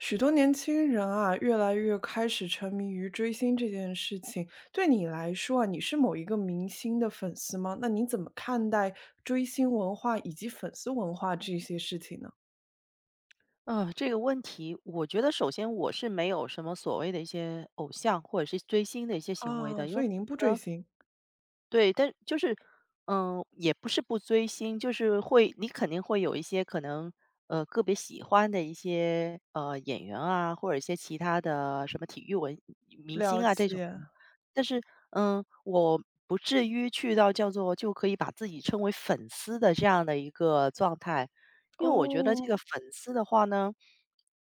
许多年轻人啊，越来越开始沉迷于追星这件事情。对你来说啊，你是某一个明星的粉丝吗？那你怎么看待追星文化以及粉丝文化这些事情呢？嗯，这个问题，我觉得首先我是没有什么所谓的一些偶像或者是追星的一些行为啊，的。因为所以您不追呃，星，对，但就是，也不是不追星，就是会，你肯定会有一些可能，个别喜欢的一些演员啊，或者一些其他的什么体育文明了星啊这种。解，但是，我不至于去到叫做就可以把自己称为粉丝的这样的一个状态，因为我觉得这哦。个粉丝的话呢，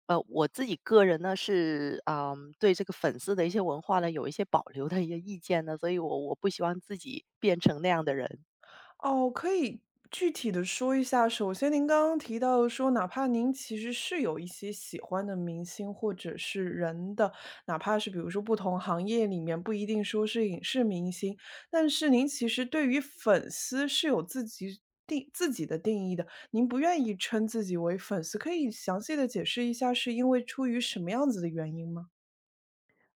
我自己个人呢是，对这个粉丝的一些文化呢有一些保留的一些意见呢，所以我不希望自己变成那样的人。哦，可以具体的说一下，首先您刚刚提到说，哪怕您其实是有一些喜欢的明星或者是人的，哪怕是比如说不同行业里面不一定说是影视明星，但是您其实对于粉丝是有自己定自己的定义的，您不愿意称自己为粉丝，可以详细的解释一下是因为出于什么样子的原因吗？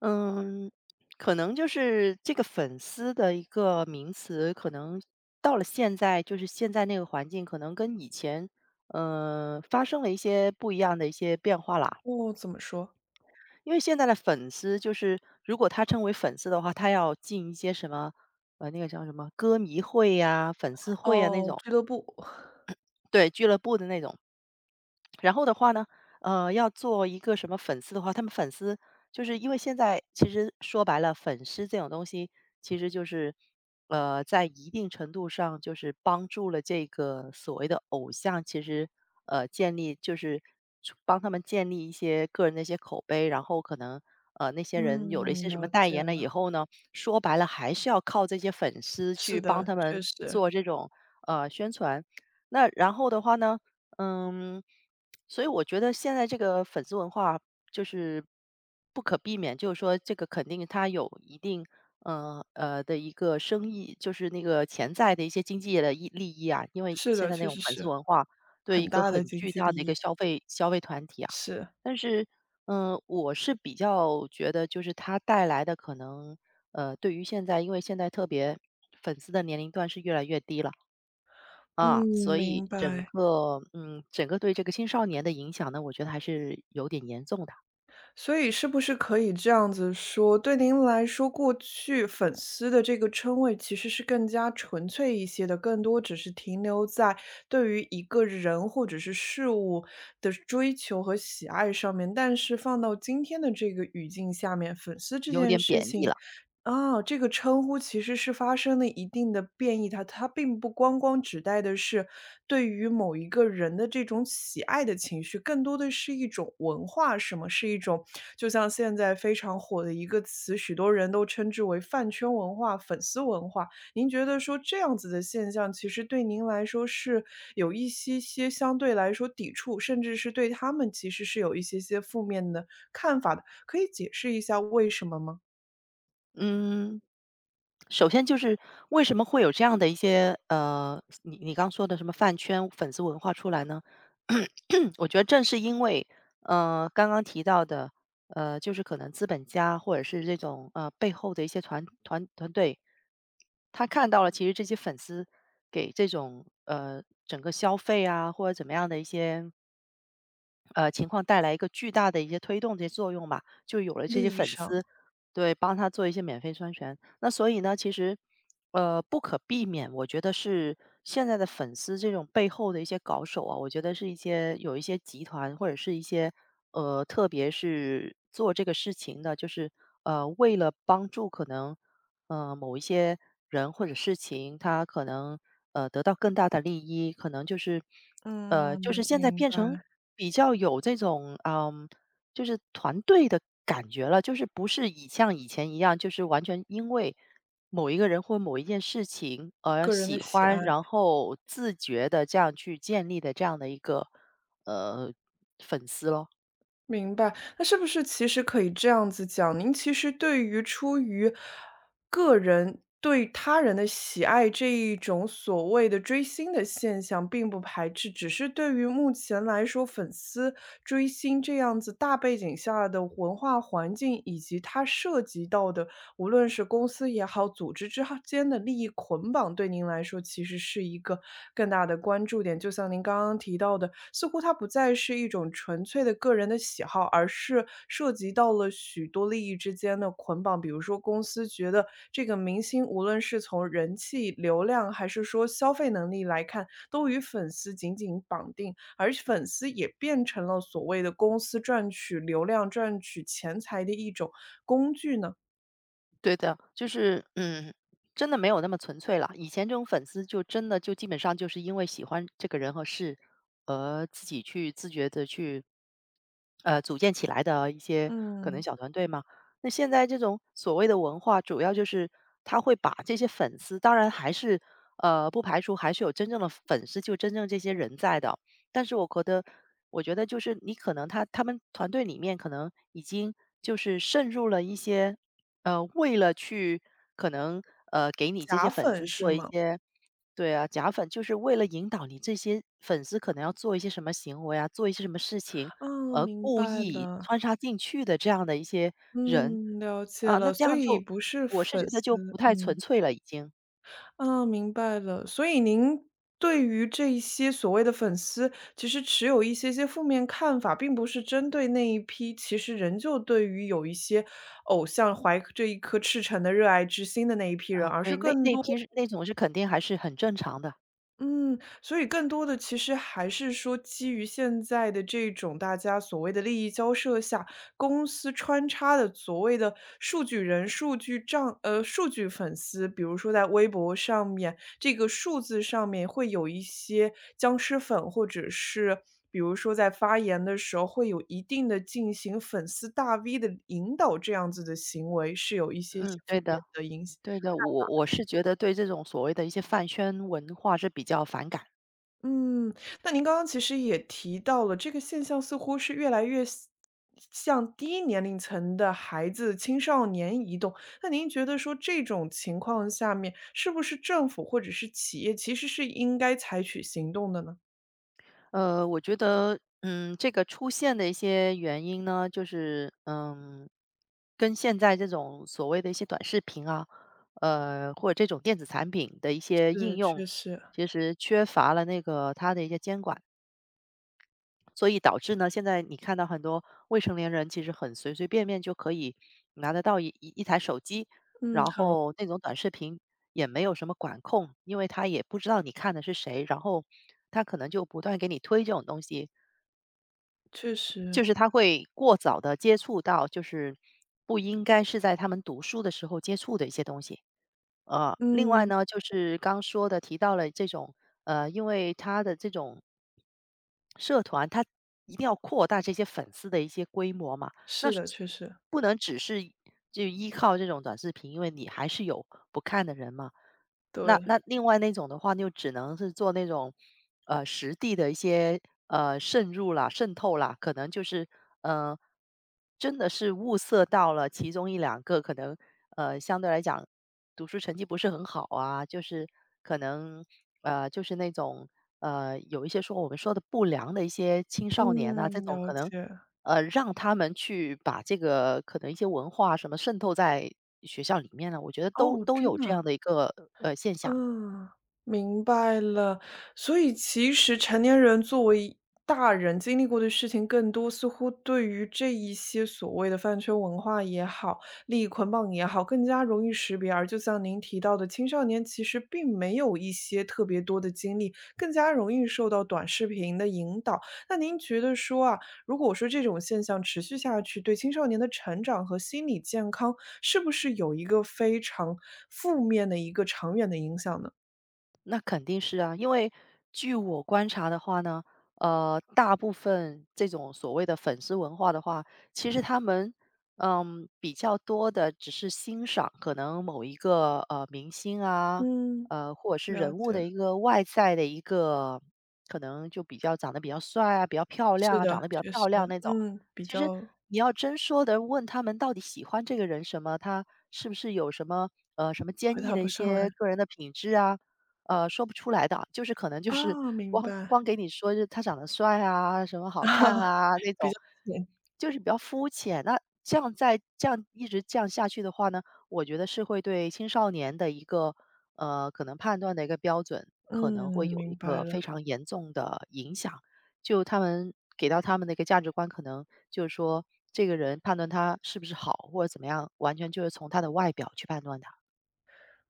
嗯，可能就是这个粉丝的一个名词，可能到了现在，就是现在那个环境，可能跟以前，发生了一些不一样的一些变化啦。哦，怎么说？因为现在的粉丝就是，如果他称为粉丝的话，他要进一些什么，那个叫什么歌迷会呀、粉丝会呀那哦，种，俱乐部，对，俱乐部的那种。然后的话呢，要做一个什么粉丝的话，他们粉丝就是因为现在其实说白了，粉丝这种东西其实就是，在一定程度上就是帮助了这个所谓的偶像，其实建立就是帮他们建立一些个人的一些口碑，然后可能那些人有了一嗯，些什么了代解言了了，以后呢，说白了还是要靠这些粉丝去是帮的，他确们实。做这种宣传。那然后的话呢，嗯，所以我觉得现在这个粉丝文化就是不可避免，就是说这个肯定它有一定的一个生意，就是那个潜在的一些经济的益利益啊，因为是现的，在那确种实粉丝是，文化对一很个大的很经巨济大利的一个益，消费团体啊。是。但是我是比较觉得就是它带来的可能对于现在因为现在特别粉丝的年龄段是越来越低了。嗯，啊，所以明整白。个整个对这个青少年的影响呢，我觉得还是有点严重的。所以是不是可以这样子说，对您来说，过去粉丝的这个称谓其实是更加纯粹一些的，更多只是停留在对于一个人或者是事物的追求和喜爱上面。但是放到今天的这个语境下面，粉丝这有件点事贬义情了。啊，这个称呼其实是发生了一定的变异，它并不光光指代的是对于某一个人的这种喜爱的情绪，更多的是一种文化，什么是一种就像现在非常火的一个词，许多人都称之为饭圈文化、粉丝文化。您觉得说这样子的现象，其实对您来说是有一些些相对来说抵触，甚至是对他们其实是有一些些负面的看法的，可以解释一下为什么吗？嗯，首先就是为什么会有这样的一些你刚说的什么饭圈粉丝文化出来呢？我觉得正是因为刚刚提到的就是可能资本家或者是这种背后的一些团队，他看到了其实这些粉丝给这种整个消费啊或者怎么样的一些情况带来一个巨大的一些推动的作用吧，就有了这些利益粉上。丝，对，帮他做一些免费宣传。那所以呢，其实，不可避免，我觉得是现在的粉丝这种背后的一些搞手啊，我觉得是一些有一些集团或者是一些特别是做这个事情的，就是为了帮助可能。某一些人或者事情，他可能得到更大的利益，可能就是嗯，就是现在明变成白，比较有这种就是团队的感觉了，就是不是以像以前一样，就是完全因为某一个人或某一件事情而个人的喜喜爱，欢，然后自觉的这样去建立的这样的一个呃粉丝咯。明白。那是不是其实可以这样子讲，您其实对于出于个人对他人的喜爱这一种所谓的追星的现象并不排斥，只是对于目前来说，粉丝追星这样子大背景下的文化环境，以及它涉及到的，无论是公司也好，组织之间的利益捆绑，对您来说其实是一个更大的关注点。就像您刚刚提到的，似乎它不再是一种纯粹的个人的喜好，而是涉及到了许多利益之间的捆绑。比如说，公司觉得这个明星无论是从人气、流量，还是说消费能力来看，都与粉丝紧紧绑定，而粉丝也变成了所谓的公司赚取流量、赚取钱财的一种工具呢。对的，就是，真的没有那么纯粹了。以前这种粉丝就真的就基本上就是因为喜欢这个人和事，而自己去自觉的去，组建起来的一些可能嗯，小团队嘛。那现在这种所谓的文化，主要就是他会把这些粉丝，当然还是，不排除还是有真正的粉丝，就真正这些人在的。但是我觉得，我觉得就是你可能他们团队里面可能已经就是渗入了一些为了去可能，给你这些假粉粉丝是做一吗？些。对啊，假粉就是为了引导你这些粉丝可能要做一些什么行为啊，做一些什么事情，哦，而明故白意了。穿插进去的这样的一些人。嗯，了啊，解那了，这所样以就不是我是觉粉得丝，就不太纯嗯，粹了已经。啊，明白了。所以您对于这一些所谓的粉丝，其实持有一些些负面看法，并不是针对那一批，其实仍旧对于有一些偶像怀着一颗赤诚的热爱之心的那一批人，啊，而对，是那更那多批是那种是肯定还是很正常的。嗯，所以更多的其实还是说基于现在的这种大家所谓的利益交涉下，公司穿插的所谓的数据人、数据账，数据粉丝，比如说在微博上面，这个数字上面会有一些僵尸粉，或者是比如说在发言的时候会有一定的进行粉丝大 V 的引导这样子的行为，是有一些嗯，些负对面的，的影响。对的，我是觉得对这种所谓的一些饭圈文化是比较反感。嗯，那您刚刚其实也提到了，这个现象似乎是越来越像向低年龄层的孩子、青少年移动。那您觉得说这种情况下面，是不是政府或者是企业其实是应该采取行动的呢？我觉得，这个出现的一些原因呢，就是跟现在这种所谓的一些短视频啊，或者这种电子产品的一些应对，用，确实，其实缺乏了那个它的一些监管，所以导致呢，现在你看到很多未成年人其实很随随便便就可以拿得到一台手机，嗯，然后那种短视频也没有什么管控，因为他也不知道你看的是谁，然后他可能就不断给你推这种东西。确实，就是他会过早的接触到，就是不应该是在他们读书的时候接触的一些东西。另外嗯，呢，就是刚说的提到了这种，因为他的这种社团，他一定要扩大这些粉丝的一些规模嘛，那是是的，确实，不能只是就依靠这种短视频，因为你还是有不看的人嘛。那对，那另外那种的话，就只能是做那种，实地的一些，渗入啦、渗透啦，可能就是，呃，真的是物色到了其中一两个可能，相对来讲读书成绩不是很好啊，就是可能，就是那种，有一些说我们说的不良的一些青少年啊，这嗯，种了可能解。让他们去把这个可能一些文化什么渗透在学校里面呢，我觉得都哦，都真有这的。样的一个现象。嗯，明白了。所以其实成年人作为大人经历过的事情更多，似乎对于这一些所谓的饭圈文化也好、利益捆绑也好，更加容易识别。而就像您提到的，青少年其实并没有一些特别多的经历，更加容易受到短视频的引导。那您觉得说啊，如果说这种现象持续下去，对青少年的成长和心理健康是不是有一个非常负面的一个长远的影响呢？那肯定是啊，因为据我观察的话呢，大部分这种所谓的粉丝文化的话，其实他们比较多的只是欣赏可能某一个明星啊，嗯，或者是了人物解，的一个外在的一个可能就比较长得比较帅啊，比较漂亮是啊，的，长得比较确漂实，亮那种。嗯，比其实较你要真说的问他们到底喜欢这个人什么，他是不是有什么什么坚回毅答的一不上来些个人的品质啊？说不出来的，就是可能就是 啊，明光光白 给你说是他长得帅啊，什么 好看啊，啊那比种，较浅，就是比较肤浅。那这样再这样一直这样下去的话呢，我觉得是会对青少年的一个可能判断的一个标准，可能会嗯，有一明白个了。非常严重的影响。就他们给到他们的一个价值观，可能就是说这个人判断他是不是好或者怎么样，完全就是从他的外表去判断的。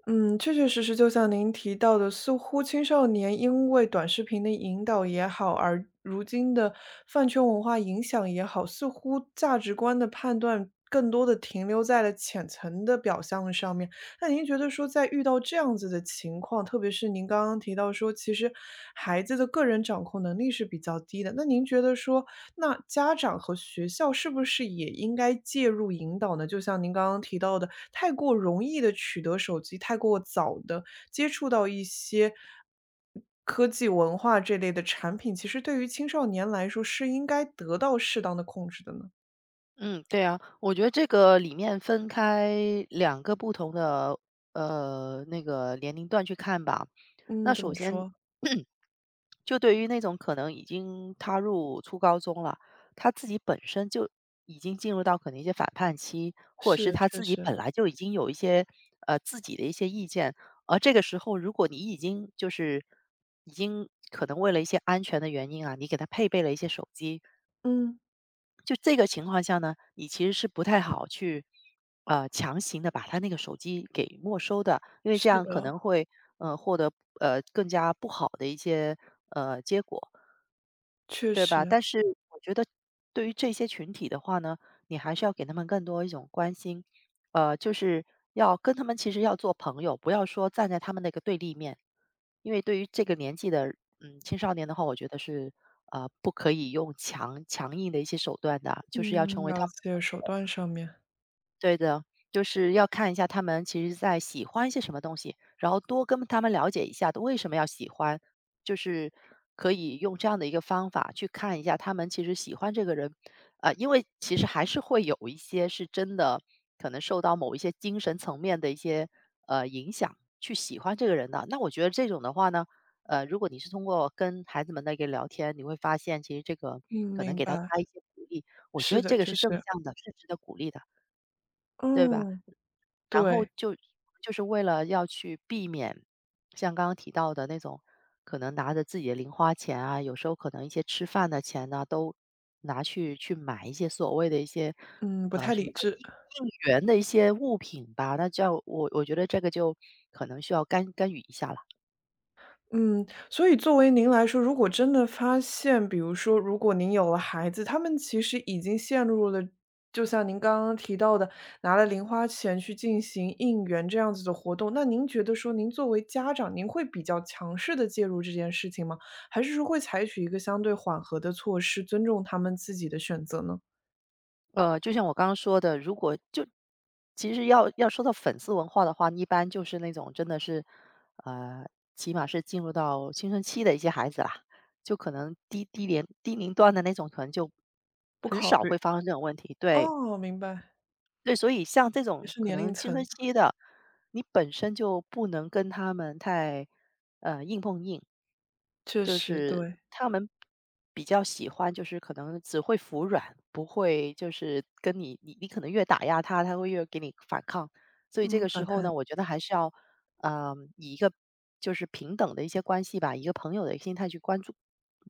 嗯，确确实实就像您提到的，似乎青少年因为短视频的引导也好，而如今的饭圈文化影响也好，似乎价值观的判断更多的停留在了浅层的表象上面。那您觉得说，在遇到这样子的情况，特别是您刚刚提到说，其实孩子的个人掌控能力是比较低的，那您觉得说，那家长和学校是不是也应该介入引导呢？就像您刚刚提到的，太过容易的取得手机，太过早的接触到一些科技文化这类的产品，其实对于青少年来说是应该得到适当的控制的呢？嗯，对啊，我觉得这个里面分开两个不同的那个年龄段去看吧。嗯，那怎首么先，说？就对于那种可能已经踏入初高中了，他自己本身就已经进入到可能一些反叛期，或者是是，他确自己实，本来就已经有一些自己的一些意见，而这个时候如果你已经就是已经可能为了一些安全的原因啊，你给他配备了一些手机，嗯，就这个情况下呢，你其实是不太好去，强行的把他那个手机给没收的，因为这是样可的，能会，获得，更加不好的一些，结果。确对吧？实，但是我觉得对于这些群体的话呢，你还是要给他们更多一种关心，就是要跟他们其实要做朋友，不要说站在他们那个对立面，因为对于这个年纪的青少年的话，我觉得是不可以用强硬的一些手段的啊，就是要成嗯，为他了们解，手段上面，对的，就是要看一下他们其实在喜欢一些什么东西，然后多跟他们了解一下为什么要喜欢，就是可以用这样的一个方法去看一下他们其实喜欢这个人，因为其实还是会有一些是真的可能受到某一些精神层面的一些影响去喜欢这个人的。那我觉得这种的话呢，如果你是通过跟孩子们的一个聊天，你会发现其实这个嗯，可能明给到白，他一些鼓励，我觉是得的，这个确是实，正向的，是值得鼓励的，对吧？嗯，然后对，就是为了要去避免像刚刚提到的那种，可能拿着自己的零花钱啊，有时候可能一些吃饭的钱呢，都拿去去买一些所谓的一些，嗯，不太什理么叫智。应援的一些物品吧。那这样我觉得这个就可能需要干预一下了。嗯，所以作为您来说，如果真的发现，比如说，如果您有了孩子，他们其实已经陷入了，就像您刚刚提到的，拿了零花钱去进行应援这样子的活动，那您觉得说，您作为家长，您会比较强势的介入这件事情吗？还是说会采取一个相对缓和的措施，尊重他们自己的选择呢？就像我刚刚说的，如果就其实要说到粉丝文化的话，一般就是那种真的是，呃，起码是进入到青春期的一些孩子啦，就可能低龄低龄段的那种，可能就不很考少虑。会发生这种问题。对，哦，明白，对，所以像这也种是可年能龄青春层，期的，你本身就不能跟他们太硬碰硬，确就实是对，他们比较喜欢，就是可能只会服软，不会就是跟你可能越打压他，他会越给你反抗。所以这嗯，个时反候呢，弹，我觉得还是要以一个就是平等的一些关系吧，一个朋友的心态去关注，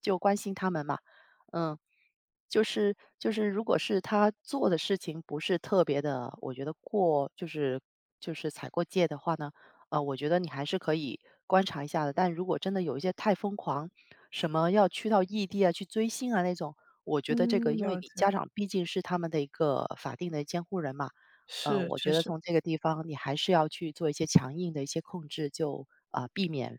就关心他们嘛。嗯，就是如果是他做的事情不是特别的，我觉得过就是就是踩过界的话呢，我觉得你还是可以观察一下的。但如果真的有一些太疯狂，什么要去到异地啊、去追星啊那种，我觉得这个，嗯，因为了你解，家长毕竟是他们的一个法定的监护人嘛，是，我确觉得实。从这个地方你还是要去做一些强硬的一些控制，就啊、避免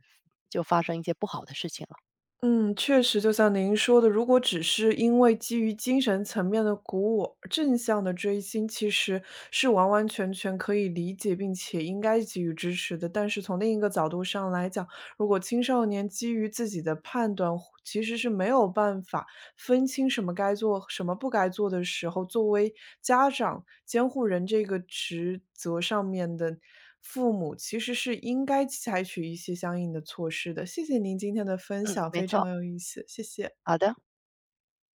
就发生一些不好的事情了。嗯，确实，就像您说的，如果只是因为基于精神层面的鼓舞，正向的追星其实是完完全全可以理解，并且应该给予支持的。但是从另一个角度上来讲，如果青少年基于自己的判断，其实是没有办法分清什么该做、什么不该做的时候，作为家长、监护人这个职责上面的父母，其实是应该采取一些相应的措施的。谢谢您今天的分嗯，享，没非错，常有意思，谢谢。好的。